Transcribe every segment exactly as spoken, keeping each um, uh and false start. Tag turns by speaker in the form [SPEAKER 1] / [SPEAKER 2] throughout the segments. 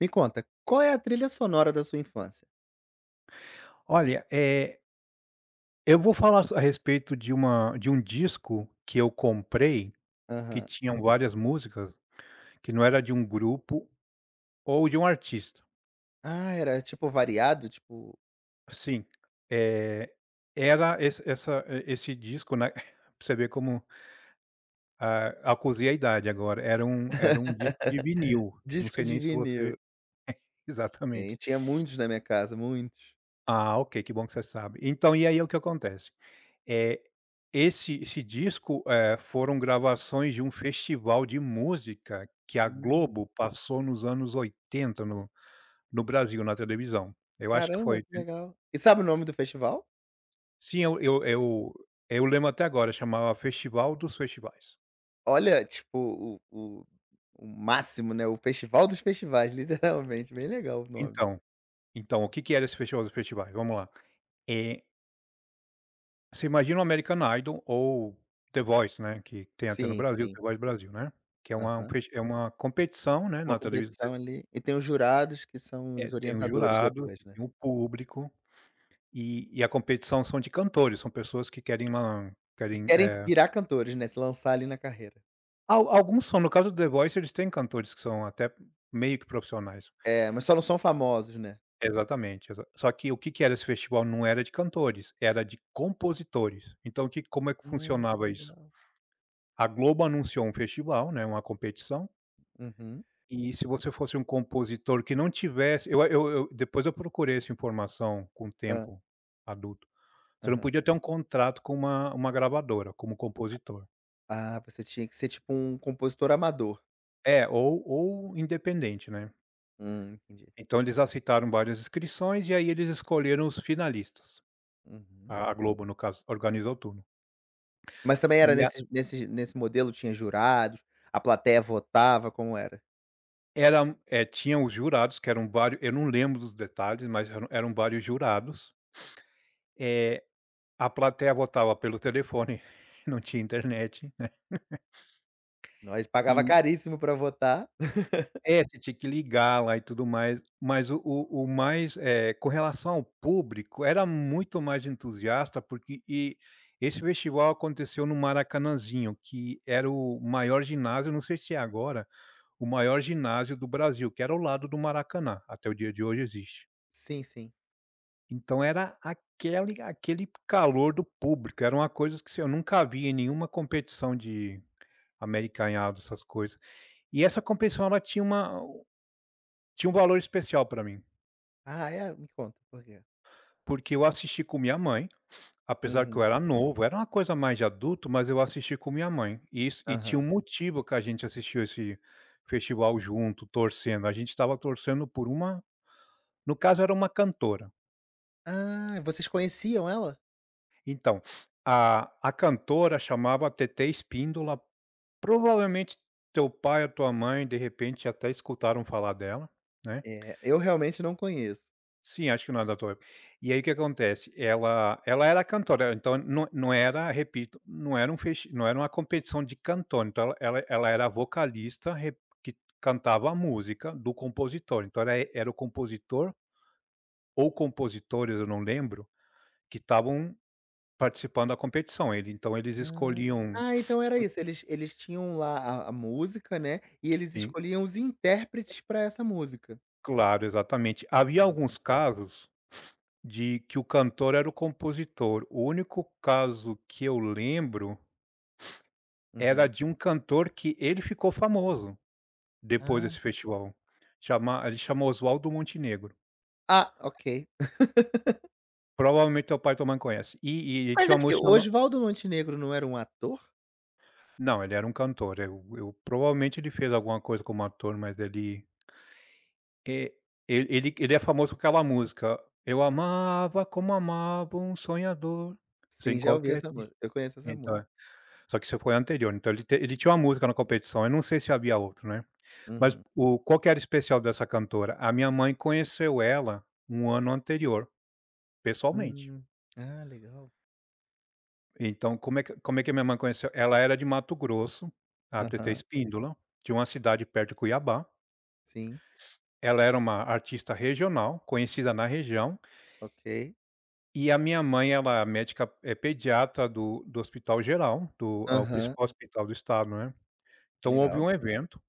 [SPEAKER 1] Me conta, qual é a trilha sonora da sua infância?
[SPEAKER 2] Olha, eh, eu vou falar so a respeito de uma de um disco que eu comprei, que
[SPEAKER 1] Aham.
[SPEAKER 2] tinham várias músicas, que não era de um grupo ou de um artista.
[SPEAKER 1] Ah, era tipo variado, tipo
[SPEAKER 2] Sim, eh, era esse essa e esse disco, né, pra você ver como, ah, acusei a idade agora, era um era um disco de vinil, não
[SPEAKER 1] disco
[SPEAKER 2] sei
[SPEAKER 1] de
[SPEAKER 2] nem se você
[SPEAKER 1] vinil. Tem,
[SPEAKER 2] exatamente.
[SPEAKER 1] tinha muitos na minha casa, muitos.
[SPEAKER 2] Ah, ok, que bom que você sabe. Então, e aí o que acontece? É esse esse disco, eh, foram gravações de um festival de música que a
[SPEAKER 1] Hum,
[SPEAKER 2] Globo passou nos anos oitenta no no Brasil, na televisão. Eu acho que
[SPEAKER 1] Caramba,
[SPEAKER 2] foi
[SPEAKER 1] que legal. E sabe o nome do festival?
[SPEAKER 2] sim, eu eu eu eu lembro até agora, chamava Festival dos Festivais.
[SPEAKER 1] Olha, tipo, o, o, o máximo, né? O festival dos festivais, literalmente. Bem legal o nome.
[SPEAKER 2] Então então, o que que era esse Festival dos Festivais? Vamos lá. Eh, Você imagina o American Idol ou The Voice, né, que tem até no
[SPEAKER 1] Sim,
[SPEAKER 2] Brasil,
[SPEAKER 1] sim.
[SPEAKER 2] The Voice Brasil, né, que é uma um
[SPEAKER 1] Aham.
[SPEAKER 2] fes é uma competição, né,
[SPEAKER 1] Uma
[SPEAKER 2] na televisão.
[SPEAKER 1] competição ali. E tem os jurados, que são
[SPEAKER 2] É,
[SPEAKER 1] os
[SPEAKER 2] tem um
[SPEAKER 1] orientadores
[SPEAKER 2] jurado,
[SPEAKER 1] depois, né?
[SPEAKER 2] tem um público, e e a competição são de cantores, são pessoas que querem uma
[SPEAKER 1] Que
[SPEAKER 2] querem,
[SPEAKER 1] querem
[SPEAKER 2] eh,
[SPEAKER 1] virar cantores, né? Se lançar ali na carreira.
[SPEAKER 2] al alguns são, no caso do The Voice, eles têm cantores que são até meio que profissionais.
[SPEAKER 1] É, mas só não são famosos, né?
[SPEAKER 2] Exatamente, exa só que o que que era esse festival? Não era de cantores, era de compositores. Então o que como é que
[SPEAKER 1] Ah, que
[SPEAKER 2] funcionava isso?
[SPEAKER 1] legal.
[SPEAKER 2] A Globo anunciou um festival, né, uma competição,
[SPEAKER 1] Uhum.
[SPEAKER 2] e se você fosse um compositor que não tivesse eu eu eu depois eu procurei essa informação com o
[SPEAKER 1] Hã.
[SPEAKER 2] tempo adulto. Você não
[SPEAKER 1] Aham.
[SPEAKER 2] podia ter um contrato com uma uma gravadora, como compositor.
[SPEAKER 1] Ah, você tinha que ser tipo um compositor amador.
[SPEAKER 2] É, ou ou independente, né.
[SPEAKER 1] Hum, entendi.
[SPEAKER 2] Então eles aceitaram várias inscrições, e aí eles escolheram os finalistas.
[SPEAKER 1] Uhum.
[SPEAKER 2] A a Globo, no caso, organizou tudo.
[SPEAKER 1] Mas também era
[SPEAKER 2] E a
[SPEAKER 1] nesse nesse nesse modelo tinha jurados, a plateia votava, como era?
[SPEAKER 2] Era, eh, tinha os jurados que eram vários. Eu não lembro dos detalhes, mas eram eram vários jurados. É, a plateia votava pelo telefone, não tinha internet, né,
[SPEAKER 1] Nós pagava
[SPEAKER 2] e
[SPEAKER 1] caríssimo pra votar.
[SPEAKER 2] é, você tinha que ligar lá e tudo mais, mas o o o mais, eh, com relação ao público, era muito mais entusiasta, porque e esse festival aconteceu no Maracanãzinho, que era o maior ginásio, não sei se é agora, o maior ginásio do Brasil, que era ao lado do Maracanã, até o dia de hoje existe.
[SPEAKER 1] Sim, sim.
[SPEAKER 2] Então era aquele aquele calor do público, era uma coisa que, assim, eu nunca vi em nenhuma competição de americanhado, essas coisas. E essa competição ela tinha uma tinha um valor especial pra mim,
[SPEAKER 1] Ah, é? Me conta, por quê?
[SPEAKER 2] porque eu assisti com minha mãe, apesar que eu
[SPEAKER 1] Uhum.
[SPEAKER 2] era novo, era uma coisa mais de adulto, mas eu assisti com minha mãe. E isso e tinha
[SPEAKER 1] Aham.
[SPEAKER 2] um motivo que a gente assistiu esse festival junto, torcendo, a gente estava torcendo por uma, no caso era uma cantora.
[SPEAKER 1] Ah, vocês conheciam ela?
[SPEAKER 2] Então, a a cantora chamava Tetê Espíndola, provavelmente teu pai ou tua mãe, de repente, até escutaram falar dela, né.
[SPEAKER 1] É, eu realmente não conheço.
[SPEAKER 2] Sim, acho que não é da Atuai. E aí o que acontece, ela ela era cantora, então não não era, repito, não era um festi não era uma competição de cantor, então ela ela ela era vocalista re que cantava a música do compositor, então era era o compositor ou compositores, eu não lembro, que estavam participando da competição, ele então eles
[SPEAKER 1] Ah.
[SPEAKER 2] escolhiam
[SPEAKER 1] Ah, então era isso, eles eles tinham lá a a música, né, e eles
[SPEAKER 2] sim,
[SPEAKER 1] escolhiam os intérpretes para essa música.
[SPEAKER 2] claro, exatamente. Havia alguns casos de que o cantor era o compositor, o único caso que eu lembro era
[SPEAKER 1] Uhum.
[SPEAKER 2] de um cantor que ele ficou famoso depois
[SPEAKER 1] Ah,
[SPEAKER 2] desse festival. Chama ele chama Oswaldo Montenegro.
[SPEAKER 1] ah, ok.
[SPEAKER 2] Provavelmente teu pai e tua mãe conhece. E e ele
[SPEAKER 1] Mas
[SPEAKER 2] tinha uma
[SPEAKER 1] aqui, o
[SPEAKER 2] música chama
[SPEAKER 1] Oswaldo Montenegro não era um ator?
[SPEAKER 2] não, ele era um cantor. Eu eu provavelmente ele fez alguma coisa como ator, mas ele é ele ele ele é famoso por aquela música: "Eu amava como amava um sonhador, sem
[SPEAKER 1] Sim, já ouvi
[SPEAKER 2] qualquer"
[SPEAKER 1] essa
[SPEAKER 2] tri-
[SPEAKER 1] música. Eu conheço essa
[SPEAKER 2] então,
[SPEAKER 1] música.
[SPEAKER 2] é. Só que isso foi anterior, então ele te ele tinha uma música na competição, eu não sei se havia outro, né. Mas
[SPEAKER 1] Uhum.
[SPEAKER 2] o qual que era o especial dessa cantora? A minha mãe conheceu ela um ano anterior, pessoalmente.
[SPEAKER 1] Hum. Ah, legal.
[SPEAKER 2] Então, como é que como é que a minha mãe conheceu? Ela era de Mato Grosso, a T T
[SPEAKER 1] Aham.
[SPEAKER 2] Espíndola, de uma cidade perto de Cuiabá.
[SPEAKER 1] Sim,
[SPEAKER 2] Ela era uma artista regional, conhecida na região,
[SPEAKER 1] ok.
[SPEAKER 2] e a minha mãe, ela é médica, é pediatra do do Hospital Geral, do é o
[SPEAKER 1] Aham.
[SPEAKER 2] principal hospital do estado, né.
[SPEAKER 1] Que
[SPEAKER 2] Então houve
[SPEAKER 1] legal.
[SPEAKER 2] um evento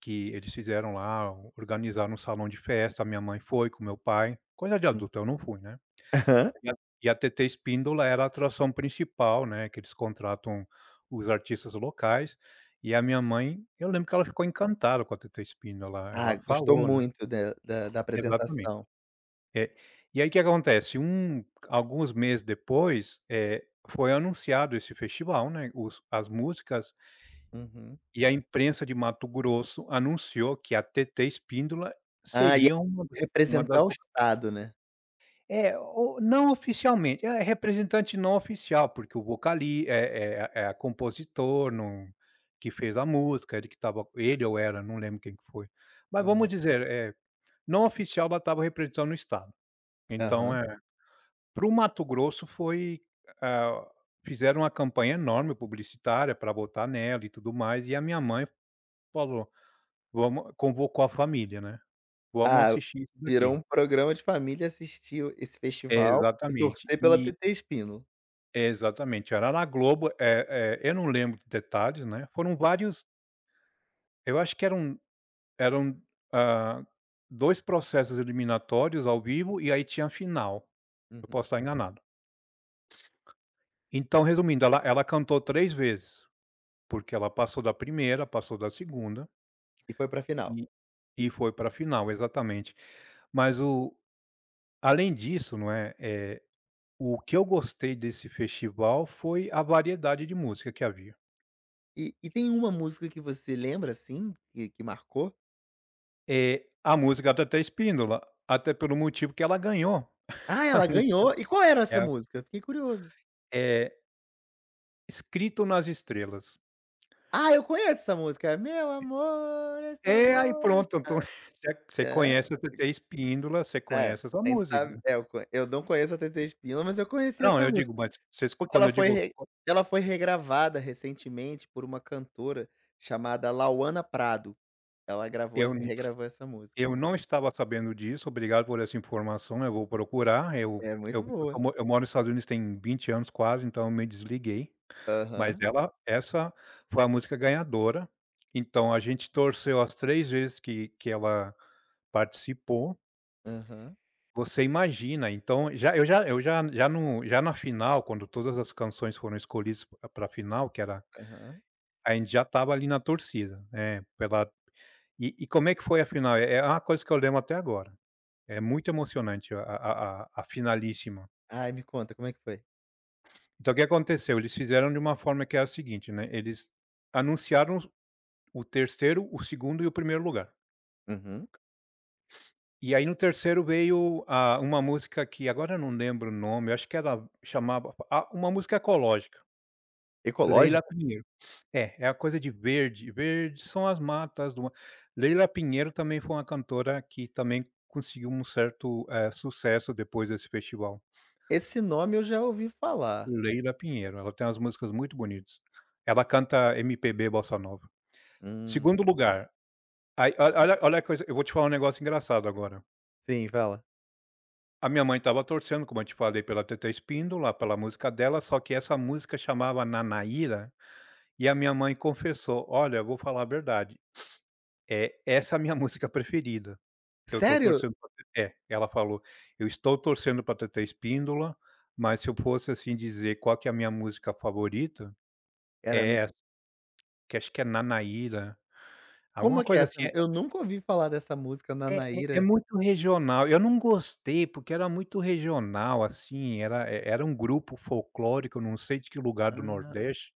[SPEAKER 2] que eles fizeram lá, organizaram um salão de festa, a minha mãe foi com meu pai, coisa de
[SPEAKER 1] Hum.
[SPEAKER 2] adulto, eu não fui, né.
[SPEAKER 1] Aham.
[SPEAKER 2] E a e a T T Espíndola era a atração principal, né, que eles contratam os artistas locais, e a minha mãe, eu lembro que ela ficou encantada com a T T Espíndola,
[SPEAKER 1] Ah,
[SPEAKER 2] ela
[SPEAKER 1] gostou
[SPEAKER 2] falou, né,
[SPEAKER 1] muito da da da
[SPEAKER 2] exatamente.
[SPEAKER 1] apresentação.
[SPEAKER 2] É. E aí o que acontece, um alguns meses depois, eh, foi anunciado esse festival, né, os as músicas,
[SPEAKER 1] Uhum.
[SPEAKER 2] e a imprensa de Mato Grosso anunciou que a T T Espíndola
[SPEAKER 1] Ah, e
[SPEAKER 2] seria uma
[SPEAKER 1] é
[SPEAKER 2] uma das
[SPEAKER 1] representar o estado, né.
[SPEAKER 2] é, o não oficialmente, é representante não oficial, porque o vocali é é é compositor não que fez a música, ele que estava ele ou ela, não lembro quem que foi. Mas vamos
[SPEAKER 1] Aham.
[SPEAKER 2] dizer, é não oficial, ela estava representando o estado. Então,
[SPEAKER 1] Aham.
[SPEAKER 2] é, para o Mato Grosso foi, ah, fizeram uma campanha enorme publicitária para votar nela e tudo mais, e a minha mãe falou: "Vamos", convocou a família, né, "Vamos
[SPEAKER 1] Ah,
[SPEAKER 2] assistir isso daqui".
[SPEAKER 1] virou um programa de família assistir o esse festival e
[SPEAKER 2] Exatamente.
[SPEAKER 1] torcer pela
[SPEAKER 2] E
[SPEAKER 1] tetê Espino.
[SPEAKER 2] Exatamente, era na Globo, eh eh, eu não lembro de detalhes, né, foram vários, eu acho que eram eram, hã, dois processos eliminatórios ao vivo e aí tinha a final, eu
[SPEAKER 1] Uhum.
[SPEAKER 2] posso estar enganado. Então resumindo, ela ela cantou três vezes, porque ela passou da primeira, passou da segunda
[SPEAKER 1] E foi pra final.
[SPEAKER 2] e e foi pra final, exatamente. Mas o além disso, não é, eh, o que eu gostei desse festival foi a variedade de música que havia.
[SPEAKER 1] E e tem uma música que você lembra, assim, que que marcou?
[SPEAKER 2] É a música da Teta Espíndola, até pelo motivo que ela ganhou.
[SPEAKER 1] Ah,
[SPEAKER 2] A
[SPEAKER 1] ela
[SPEAKER 2] música
[SPEAKER 1] ganhou? E qual era essa
[SPEAKER 2] é
[SPEAKER 1] música? Fiquei curioso.
[SPEAKER 2] é Escrito nas Estrelas.
[SPEAKER 1] Ah, eu conheço essa música. Meu amor, esse
[SPEAKER 2] É, aí
[SPEAKER 1] amor.
[SPEAKER 2] pronto, então você você
[SPEAKER 1] É,
[SPEAKER 2] conhece a Teta Espíndola, você
[SPEAKER 1] é,
[SPEAKER 2] conhece essa
[SPEAKER 1] quem sabe
[SPEAKER 2] música.
[SPEAKER 1] é, eu co eu não conheço a tetê Espíndola, mas eu conheci
[SPEAKER 2] Não,
[SPEAKER 1] essa
[SPEAKER 2] eu digo,
[SPEAKER 1] música,
[SPEAKER 2] mas vocês
[SPEAKER 1] porque
[SPEAKER 2] quando
[SPEAKER 1] ela
[SPEAKER 2] eu
[SPEAKER 1] foi
[SPEAKER 2] digo
[SPEAKER 1] re ela foi regravada recentemente por uma cantora chamada Lauana Prado. Ela gravou
[SPEAKER 2] eu
[SPEAKER 1] essa regravou essa música.
[SPEAKER 2] eu não estava sabendo disso, obrigado por essa informação, eu vou procurar, eu
[SPEAKER 1] É muito
[SPEAKER 2] eu eu
[SPEAKER 1] boa.
[SPEAKER 2] mo eu moro nos Estados Unidos tem vinte anos quase, então eu me desliguei. Mas
[SPEAKER 1] Aham,
[SPEAKER 2] ela essa foi a música ganhadora, então a gente torceu as três vezes que que ela participou.
[SPEAKER 1] aham,
[SPEAKER 2] Você imagina, então já eu já eu já já no já na final, quando todas as canções foram escolhidas para a final, que era
[SPEAKER 1] aham.
[SPEAKER 2] a gente já estava ali na torcida, né, pela e e como é que foi a final? É é uma coisa que eu lembro até agora. É muito emocionante a a a a finalíssima.
[SPEAKER 1] Ai, me conta, como é que foi?
[SPEAKER 2] Então o que aconteceu? Eles fizeram de uma forma que é a seguinte, né, eles anunciaram o terceiro, o segundo e o primeiro lugar.
[SPEAKER 1] Uhum.
[SPEAKER 2] E aí no terceiro veio a uma música que agora eu não lembro o nome, eu acho que ela chamava ah, uma música ecológica, Leila
[SPEAKER 1] Ecológica?
[SPEAKER 2] Pinheiro. É, é a coisa de verde, verde são as matas do ma Leila Pinheiro também foi uma cantora que também conseguiu um certo, eh, sucesso depois desse festival.
[SPEAKER 1] Esse nome eu já ouvi falar.
[SPEAKER 2] Leila Pinheiro, ela tem umas músicas muito bonitas. Ela canta M P B bossa nova.
[SPEAKER 1] Hum.
[SPEAKER 2] Segundo lugar, aí olha olha olha a coisa, eu vou te falar um negócio engraçado agora.
[SPEAKER 1] Sim, fala.
[SPEAKER 2] A minha mãe estava torcendo, como eu te falei, pela Tetê Espíndola, pela música dela, só que essa música chamava Nanaíra, e a minha mãe confessou: "Olha, eu vou falar a verdade, é essa é a minha música preferida, eu estou
[SPEAKER 1] Sério?
[SPEAKER 2] torcendo pra Tetê". Ela falou: "Eu estou torcendo pra Tetê Espíndola, mas se eu fosse, assim, dizer qual que é a minha música favorita, é
[SPEAKER 1] Era
[SPEAKER 2] essa, que acho que é Nanaíra",
[SPEAKER 1] como
[SPEAKER 2] alguma
[SPEAKER 1] é que é
[SPEAKER 2] coisa
[SPEAKER 1] essa
[SPEAKER 2] assim.
[SPEAKER 1] mu- eu nunca ouvi falar dessa música,
[SPEAKER 2] É é é
[SPEAKER 1] Nanaíra.
[SPEAKER 2] muito regional. Eu não gostei, porque era muito regional, assim, era e era um grupo folclórico, não sei de que lugar do
[SPEAKER 1] Ah.
[SPEAKER 2] Nordeste.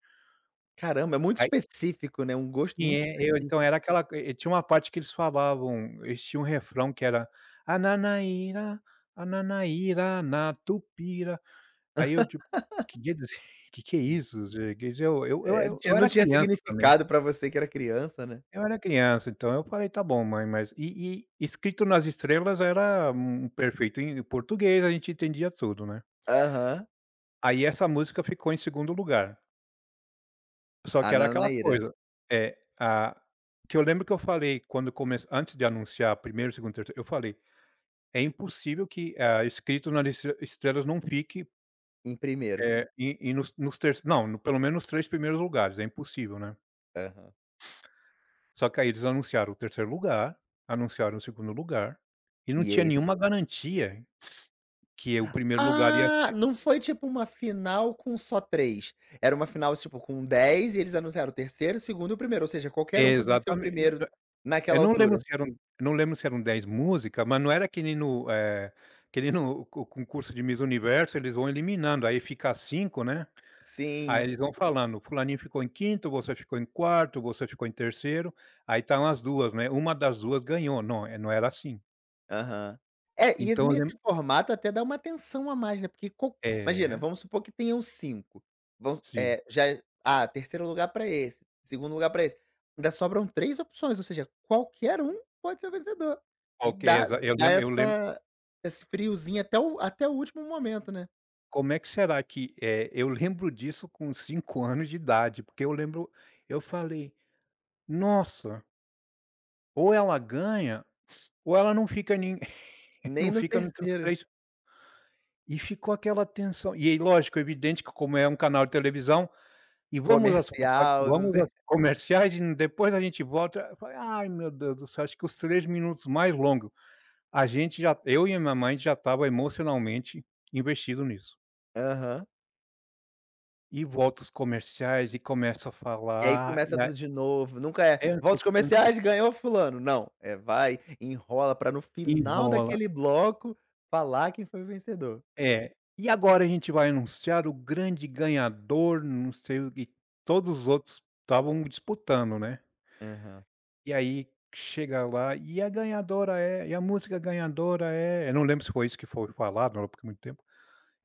[SPEAKER 1] Caramba, é muito
[SPEAKER 2] Aí
[SPEAKER 1] específico, né, um gosto
[SPEAKER 2] sim,
[SPEAKER 1] muito
[SPEAKER 2] é, eu
[SPEAKER 1] específico.
[SPEAKER 2] então era aquela e tinha uma parte que eles falavam, eles tinham um refrão que era: "Ananaíra, ananaíra, na tupira". Aí eu tipo: "Que dizer que que é isso?" Gente? Quer dizer, Eu eu
[SPEAKER 1] É,
[SPEAKER 2] eu
[SPEAKER 1] ti
[SPEAKER 2] eu
[SPEAKER 1] não
[SPEAKER 2] era
[SPEAKER 1] tinha
[SPEAKER 2] criança também.
[SPEAKER 1] significado pra você que era criança, né.
[SPEAKER 2] Eu era criança, então eu falei: "Tá bom, mãe", mas e e Escrito nas Estrelas era um perfeito em português, a gente entendia tudo, né.
[SPEAKER 1] Aham.
[SPEAKER 2] Aí essa música ficou em segundo lugar, só que
[SPEAKER 1] A
[SPEAKER 2] era aquela
[SPEAKER 1] Nanaíra,
[SPEAKER 2] coisa, é, a que eu lembro que eu falei quando come antes de anunciar primeiro, segundo, terceiro, eu falei: "É impossível que, ah, Escrito nas Estre Estrelas não fique,
[SPEAKER 1] em primeiro.
[SPEAKER 2] eh, e e nos nos ter não, no- pelo menos nos três primeiros lugares, é impossível, né".
[SPEAKER 1] Aham.
[SPEAKER 2] Só que aí eles anunciaram o terceiro lugar, anunciaram o segundo lugar, e não
[SPEAKER 1] E
[SPEAKER 2] tinha
[SPEAKER 1] é isso.
[SPEAKER 2] nenhuma garantia que o primeiro lugar ia
[SPEAKER 1] Ah,
[SPEAKER 2] ser
[SPEAKER 1] não foi tipo uma final com só três. Era uma final, tipo, com dez e eles anunciaram o terceiro, o segundo e o primeiro, ou seja, qualquer um podia ser o
[SPEAKER 2] exatamen
[SPEAKER 1] primeiro naquela
[SPEAKER 2] eu não lembro
[SPEAKER 1] altura.
[SPEAKER 2] se eram não lembro se eram dez músicas, mas não era que nem no, eh, que nem no co concurso de Miss Universo. Eles vão eliminando, aí fica cinco, né, aí
[SPEAKER 1] Sim.
[SPEAKER 2] eles vão falando: "Fulaninho ficou em quinto, você ficou em quarto, você ficou em terceiro", aí estão as duas, né, uma das duas ganhou. Não, eh, não era assim.
[SPEAKER 1] Aham. É, e
[SPEAKER 2] Então eu lembro,
[SPEAKER 1] nesse formato até dá uma tensão a mais, né, porque co imagina,
[SPEAKER 2] é,
[SPEAKER 1] vamos supor que tenham cinco vamos
[SPEAKER 2] sim.
[SPEAKER 1] é já ah, terceiro lugar para esse, segundo lugar para esse, ainda sobram três opções, ou seja, qualquer um pode ser vencedor. E
[SPEAKER 2] Qualquer
[SPEAKER 1] dá
[SPEAKER 2] exa eu
[SPEAKER 1] dá
[SPEAKER 2] lembro eu lembro
[SPEAKER 1] essa esse friozinho até o até o último momento, né.
[SPEAKER 2] Como é que será que é? Eu lembro disso com cinco anos de idade, porque eu lembro, eu falei: "Nossa, ou ela ganha, ou ela não fica nem
[SPEAKER 1] Nem
[SPEAKER 2] não
[SPEAKER 1] no
[SPEAKER 2] fica entre os
[SPEAKER 1] terceiro.
[SPEAKER 2] três." E ficou aquela tensão. E aí, lógico, evidente que como é um canal de televisão, e vamos às propa
[SPEAKER 1] Comercial, não
[SPEAKER 2] vamos
[SPEAKER 1] sei.
[SPEAKER 2] às comerciais e depois a gente volta. Eu falei: "Ai, meu Deus do céu", acho que os três minutos mais longos. A gente já eu e a minha mãe já estava emocionalmente investido nisso.
[SPEAKER 1] Aham.
[SPEAKER 2] E volta os comerciais e começa a
[SPEAKER 1] E aí
[SPEAKER 2] falar,
[SPEAKER 1] começa
[SPEAKER 2] e a
[SPEAKER 1] tudo de novo, nunca é:
[SPEAKER 2] é não sei
[SPEAKER 1] "Volta
[SPEAKER 2] o
[SPEAKER 1] os
[SPEAKER 2] quê, não sei o
[SPEAKER 1] comerciais, ganhou fulano", não, é vai, enrola pra no
[SPEAKER 2] quê,
[SPEAKER 1] final
[SPEAKER 2] enrola.
[SPEAKER 1] daquele bloco falar quem foi o vencedor.
[SPEAKER 2] É. E agora a gente vai anunciar o grande ganhador, não sei o e todos os outros estavam disputando, né.
[SPEAKER 1] Aham,
[SPEAKER 2] E aí chega lá, e a ganhadora é, e a música ganhadora é, eu não lembro se foi isso que foi falado, não, porque é muito tempo,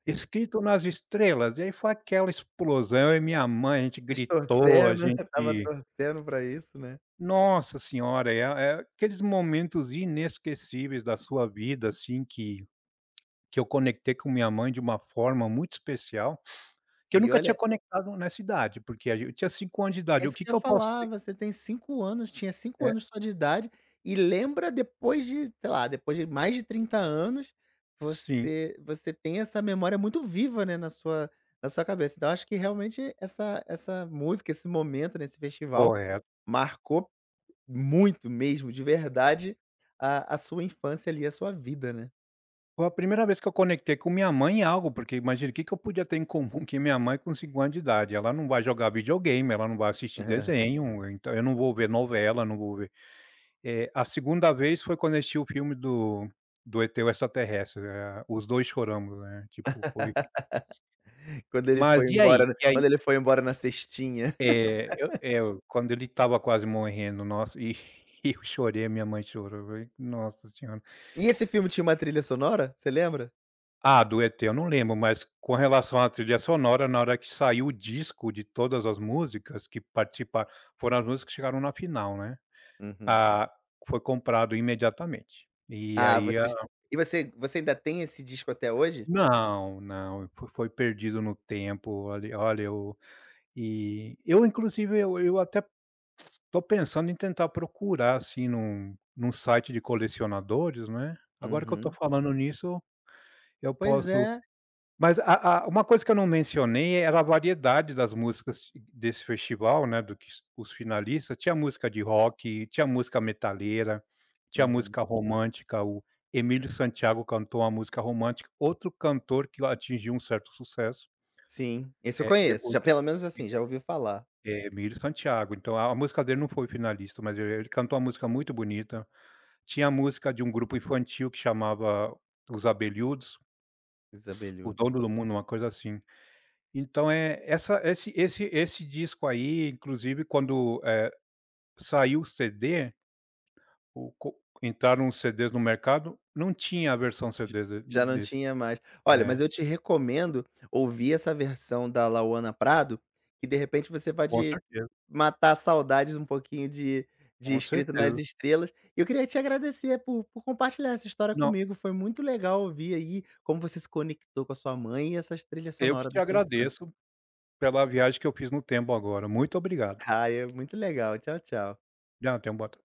[SPEAKER 1] sim.
[SPEAKER 2] "Escrito nas Estrelas", e aí foi aquela explosão, eu e minha mãe, a gente
[SPEAKER 1] Mas
[SPEAKER 2] gritou, a
[SPEAKER 1] torcendo, estava
[SPEAKER 2] gente.
[SPEAKER 1] torcendo pra isso, né.
[SPEAKER 2] Nossa senhora, é é aqueles momentos inesquecíveis da sua vida, assim, que que eu conectei com minha mãe de uma forma muito especial, que eu
[SPEAKER 1] E
[SPEAKER 2] nunca tinha
[SPEAKER 1] olha.
[SPEAKER 2] conectado nessa idade, porque a gen eu tinha cinco anos de
[SPEAKER 1] É
[SPEAKER 2] idade, o
[SPEAKER 1] isso
[SPEAKER 2] que
[SPEAKER 1] que eu
[SPEAKER 2] que
[SPEAKER 1] ia
[SPEAKER 2] eu posso
[SPEAKER 1] falar,
[SPEAKER 2] ter,
[SPEAKER 1] você tem cinco anos, tinha cinco
[SPEAKER 2] é,
[SPEAKER 1] anos só de idade e lembra depois de, sei lá, depois de mais de trinta anos,
[SPEAKER 2] sim,
[SPEAKER 1] você você tem essa memória muito viva, né, na sua na sua cabeça. Então eu acho que realmente essa essa música, esse momento nesse festival,
[SPEAKER 2] correto.
[SPEAKER 1] marcou muito mesmo, de verdade, a a sua infância ali, a sua vida, né.
[SPEAKER 2] Foi a primeira vez que eu conectei com minha mãe em algo, porque imagina, o que que eu podia ter em comum que minha mãe com cinco anos de idade? Ela não vai jogar videogame, ela não vai assistir desenho, então eu não vou ver novela, não vou. Eh, a segunda vez foi quando eu assisti o filme do do E T, o extraterrestre, eh, os dois choramos, né, tipo, foi,
[SPEAKER 1] Quando ele
[SPEAKER 2] mas
[SPEAKER 1] foi
[SPEAKER 2] e aí?
[SPEAKER 1] embora
[SPEAKER 2] E aí,
[SPEAKER 1] quando ele foi embora na cestinha.
[SPEAKER 2] é, eu eu quando ele estava quase morrendo, nossa, e eu chorei, minha mãe chorou, eu falei: "Nossa senhora".
[SPEAKER 1] E esse filme tinha uma trilha sonora, você lembra?
[SPEAKER 2] Ah, do E T eu não lembro, mas com relação à trilha sonora, na hora que saiu o disco de todas as músicas que participaram, foram as músicas que chegaram na final, né,
[SPEAKER 1] Uhum.
[SPEAKER 2] ah, foi comprado imediatamente. E
[SPEAKER 1] Ah,
[SPEAKER 2] aí
[SPEAKER 1] vocês e você você ainda tem esse disco até hoje?
[SPEAKER 2] não, não, fo foi perdido no tempo, olhe olha, eu, e eu inclusive eu eu até tô pensando em tentar procurar, assim, num num site de colecionadores, né. Agora que eu tô
[SPEAKER 1] Uhum.
[SPEAKER 2] falando nisso, eu
[SPEAKER 1] Pois
[SPEAKER 2] posso,
[SPEAKER 1] é.
[SPEAKER 2] mas a a uma coisa que eu não mencionei era a variedade das músicas desse festival, né, do que s- os finalistas, tinha música de rock, tinha música metaleira, tinha
[SPEAKER 1] Uhum.
[SPEAKER 2] música romântica, o Emílio Santiago cantou uma música romântica, outro cantor que atingiu um certo sucesso,
[SPEAKER 1] Sim, esse eu
[SPEAKER 2] eh,
[SPEAKER 1] conheço.
[SPEAKER 2] depois
[SPEAKER 1] Já pelo menos, assim, já ouvi falar
[SPEAKER 2] é Emílio Santiago, então a a música dele não foi finalista, mas ele ele cantou uma música muito bonita. Tinha a música de um grupo infantil que chamava Os Abelhudos,
[SPEAKER 1] dos
[SPEAKER 2] O
[SPEAKER 1] Abelhudos.
[SPEAKER 2] Dono do Mundo, uma coisa assim. Então, é essa esse esse esse disco aí, inclusive quando, eh, saiu o C D, o co entraram os C Ds no mercado, não tinha a versão
[SPEAKER 1] J
[SPEAKER 2] C D de
[SPEAKER 1] já não
[SPEAKER 2] desse,
[SPEAKER 1] tinha mais. Olha, mas
[SPEAKER 2] é,
[SPEAKER 1] eu te recomendo ouvir essa versão da Lauana Prado, que de repente você
[SPEAKER 2] com
[SPEAKER 1] pode
[SPEAKER 2] certeza,
[SPEAKER 1] matar saudades um pouquinho de de
[SPEAKER 2] com
[SPEAKER 1] Escrito nas
[SPEAKER 2] certeza.
[SPEAKER 1] Estrelas. E eu queria te agradecer por por compartilhar essa história
[SPEAKER 2] Não,
[SPEAKER 1] comigo, foi muito legal ouvir aí como você se conectou com a sua mãe e essas trilhas
[SPEAKER 2] eu que
[SPEAKER 1] sonora
[SPEAKER 2] te
[SPEAKER 1] da sua infância.
[SPEAKER 2] agradeço pela viagem que eu fiz no tempo agora. Muito obrigado.
[SPEAKER 1] Ah, é muito legal. Tchau, tchau.
[SPEAKER 2] Já, tenha uma boa